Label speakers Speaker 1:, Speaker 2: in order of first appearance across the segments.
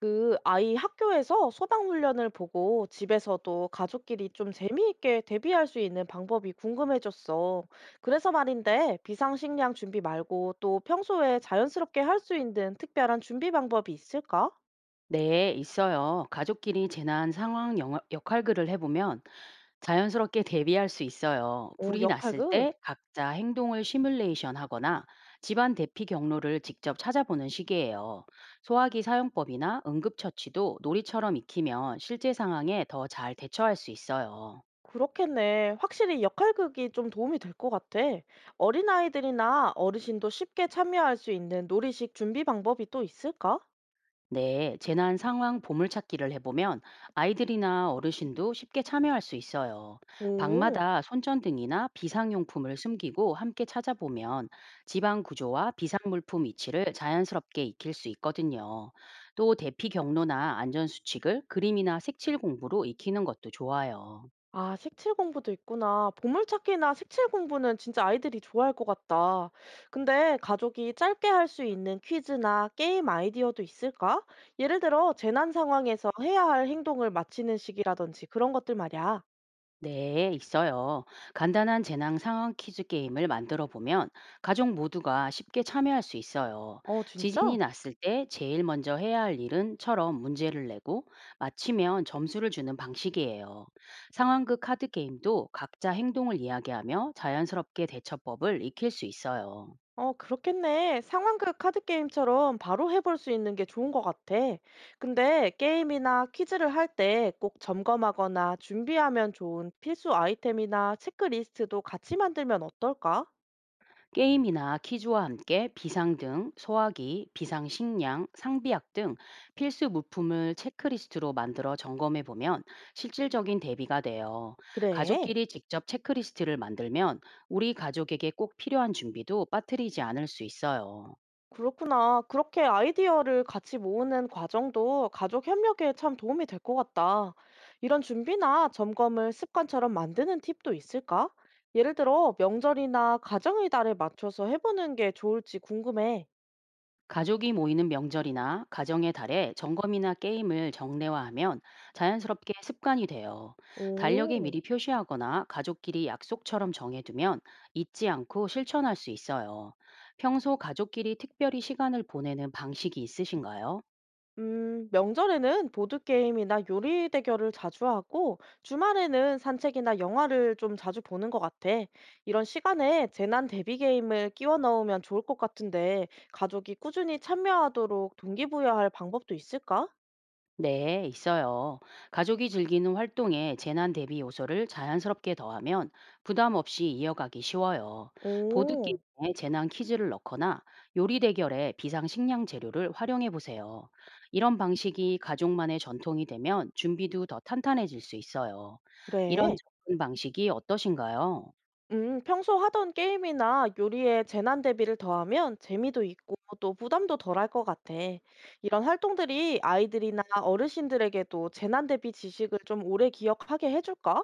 Speaker 1: 그 아이 학교에서 소방 훈련을 보고 집에서도 가족끼리 좀 재미있게 대비할 수 있는 방법이 궁금해졌어. 그래서 말인데 비상식량 준비 말고 또 평소에 자연스럽게 할 수 있는 특별한 준비 방법이 있을까?
Speaker 2: 네, 있어요. 가족끼리 재난 상황 역할극을 해보면 자연스럽게 대비할 수 있어요.
Speaker 1: 오,
Speaker 2: 불이 났을
Speaker 1: 역할극?
Speaker 2: 때 각자 행동을 시뮬레이션 하거나 집안 대피 경로를 직접 찾아보는 식이에요. 소화기 사용법이나 응급처치도 놀이처럼 익히면 실제 상황에 더 잘 대처할 수 있어요.
Speaker 1: 그렇겠네. 확실히 역할극이 좀 도움이 될 것 같아. 어린아이들이나 어르신도 쉽게 참여할 수 있는 놀이식 준비 방법이 또 있을까?
Speaker 2: 네, 재난 상황 보물찾기를 해보면 아이들이나 어르신도 쉽게 참여할 수 있어요.
Speaker 1: 오.
Speaker 2: 방마다 손전등이나 비상용품을 숨기고 함께 찾아보면 지방 구조와 비상물품 위치를 자연스럽게 익힐 수 있거든요. 또 대피 경로나 안전수칙을 그림이나 색칠 공부로 익히는 것도 좋아요.
Speaker 1: 아, 색칠 공부도 있구나. 보물찾기나 색칠 공부는 진짜 아이들이 좋아할 것 같다. 근데 가족이 짧게 할 수 있는 퀴즈나 게임 아이디어도 있을까? 예를 들어, 재난 상황에서 해야 할 행동을 마치는 식이라든지 그런 것들 말이야.
Speaker 2: 네, 있어요. 간단한 재난 상황 퀴즈 게임을 만들어 보면 가족 모두가 쉽게 참여할 수 있어요.
Speaker 1: 어,
Speaker 2: 지진이
Speaker 1: 진짜?
Speaker 2: 났을 때 제일 먼저 해야 할 일은처럼 문제를 내고 맞히면 점수를 주는 방식이에요. 상황극 카드 게임도 각자 행동을 이야기하며 자연스럽게 대처법을 익힐 수 있어요.
Speaker 1: 어, 그렇겠네. 상황극 카드 게임처럼 바로 해볼 수 있는 게 좋은 것 같아. 근데 게임이나 퀴즈를 할 때 꼭 점검하거나 준비하면 좋은 필수 아이템이나 체크리스트도 같이 만들면 어떨까?
Speaker 2: 게임이나 퀴즈와 함께 비상등, 소화기, 비상식량, 상비약 등 필수 물품을 체크리스트로 만들어 점검해 보면 실질적인 대비가 돼요.
Speaker 1: 그래.
Speaker 2: 가족끼리 직접 체크리스트를 만들면 우리 가족에게 꼭 필요한 준비도 빠뜨리지 않을 수 있어요.
Speaker 1: 그렇구나. 그렇게 아이디어를 같이 모으는 과정도 가족 협력에 참 도움이 될 것 같다. 이런 준비나 점검을 습관처럼 만드는 팁도 있을까? 예를 들어, 명절이나 가정의 달에 맞춰서 해보는 게 좋을지 궁금해.
Speaker 2: 가족이 모이는 명절이나 가정의 달에 점검이나 게임을 정례화하면 자연스럽게 습관이 돼요. 달력에
Speaker 1: 오.
Speaker 2: 미리 표시하거나 가족끼리 약속처럼 정해두면 잊지 않고 실천할 수 있어요. 평소 가족끼리 특별히 시간을 보내는 방식이 있으신가요?
Speaker 1: 명절에는 보드게임이나 요리 대결을 자주 하고, 주말에는 산책이나 영화를 좀 자주 보는 것 같아. 이런 시간에 재난 대비 게임을 끼워 넣으면 좋을 것 같은데, 가족이 꾸준히 참여하도록 동기부여할 방법도 있을까?
Speaker 2: 네, 있어요. 가족이 즐기는 활동에 재난 대비 요소를 자연스럽게 더하면 부담 없이 이어가기 쉬워요.
Speaker 1: 오,
Speaker 2: 보드게임에 재난 퀴즈를 넣거나 요리 대결에 비상식량 재료를 활용해 보세요. 이런 방식이 가족만의 전통이 되면 준비도 더 탄탄해질 수 있어요. 이런
Speaker 1: 그래.
Speaker 2: 접근 방식이 어떠신가요?
Speaker 1: 평소 하던 게임이나 요리에 재난 대비를 더하면 재미도 있고 또 부담도 덜할 것 같아. 이런 활동들이 아이들이나 어르신들에게도 재난 대비 지식을 좀 오래 기억하게 해줄까?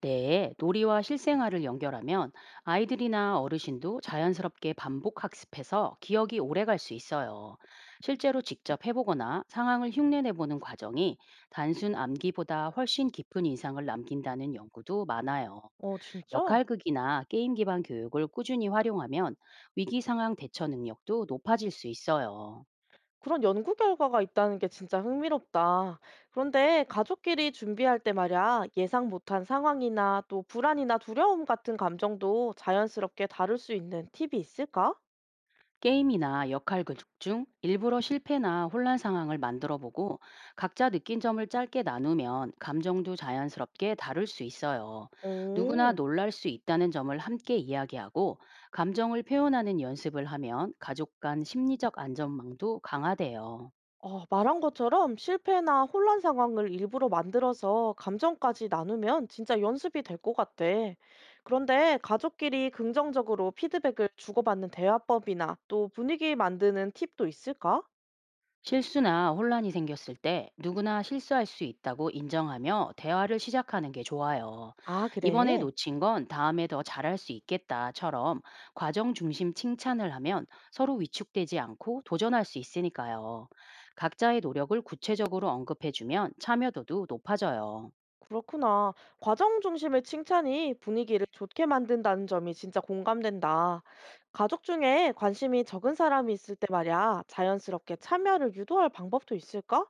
Speaker 2: 네, 놀이와 실생활을 연결하면 아이들이나 어르신도 자연스럽게 반복 학습해서 기억이 오래 갈 수 있어요. 실제로 직접 해보거나 상황을 흉내내보는 과정이 단순 암기보다 훨씬 깊은 인상을 남긴다는 연구도 많아요.
Speaker 1: 어, 진짜?
Speaker 2: 역할극이나 게임 기반 교육을 꾸준히 활용하면 위기 상황 대처 능력도 높아질 수 있어요.
Speaker 1: 그런 연구 결과가 있다는 게 진짜 흥미롭다. 그런데 가족끼리 준비할 때 말야 예상 못한 상황이나 또 불안이나 두려움 같은 감정도 자연스럽게 다룰 수 있는 팁이 있을까?
Speaker 2: 게임이나 역할 구축 중 일부러 실패나 혼란 상황을 만들어 보고 각자 느낀 점을 짧게 나누면 감정도 자연스럽게 다룰 수 있어요. 누구나
Speaker 1: 오.
Speaker 2: 놀랄 수 있다는 점을 함께 이야기하고 감정을 표현하는 연습을 하면 가족 간 심리적 안전망도 강화돼요.
Speaker 1: 어, 말한 것처럼 실패나 혼란 상황을 일부러 만들어서 감정까지 나누면 진짜 연습이 될 것 같아. 그런데 가족끼리 긍정적으로 피드백을 주고받는 대화법이나 또 분위기 만드는 팁도 있을까?
Speaker 2: 실수나 혼란이 생겼을 때 누구나 실수할 수 있다고 인정하며 대화를 시작하는 게 좋아요.
Speaker 1: 아,
Speaker 2: 이번에
Speaker 1: 그래?
Speaker 2: 놓친 건 다음에 더 잘할 수 있겠다처럼 과정 중심 칭찬을 하면 서로 위축되지 않고 도전할 수 있으니까요. 각자의 노력을 구체적으로 언급해주면 참여도도 높아져요.
Speaker 1: 그렇구나. 과정 중심의 칭찬이 분위기를 좋게 만든다는 점이 진짜 공감된다. 가족 중에 관심이 적은 사람이 있을 때 말이야, 자연스럽게 참여를 유도할 방법도 있을까?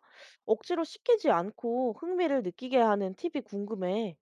Speaker 1: 억지로 시키지 않고 흥미를 느끼게 하는 팁이 궁금해.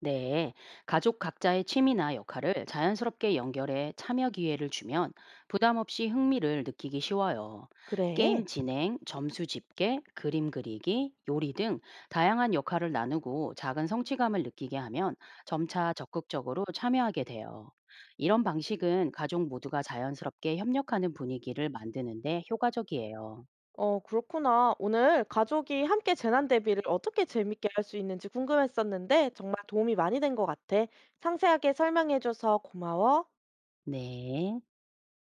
Speaker 2: 네, 가족 각자의 취미나 역할을 자연스럽게 연결해 참여 기회를 주면 부담 없이 흥미를 느끼기 쉬워요. 게임
Speaker 1: 그래?
Speaker 2: 진행, 점수 집계, 그림 그리기, 요리 등 다양한 역할을 나누고 작은 성취감을 느끼게 하면 점차 적극적으로 참여하게 돼요. 이런 방식은 가족 모두가 자연스럽게 협력하는 분위기를 만드는데 효과적이에요.
Speaker 1: 어, 그렇구나. 오늘 가족이 함께 재난 대비를 어떻게 재밌게 할 수 있는지 궁금했었는데 정말 도움이 많이 된 것 같아. 상세하게 설명해줘서 고마워.
Speaker 2: 네.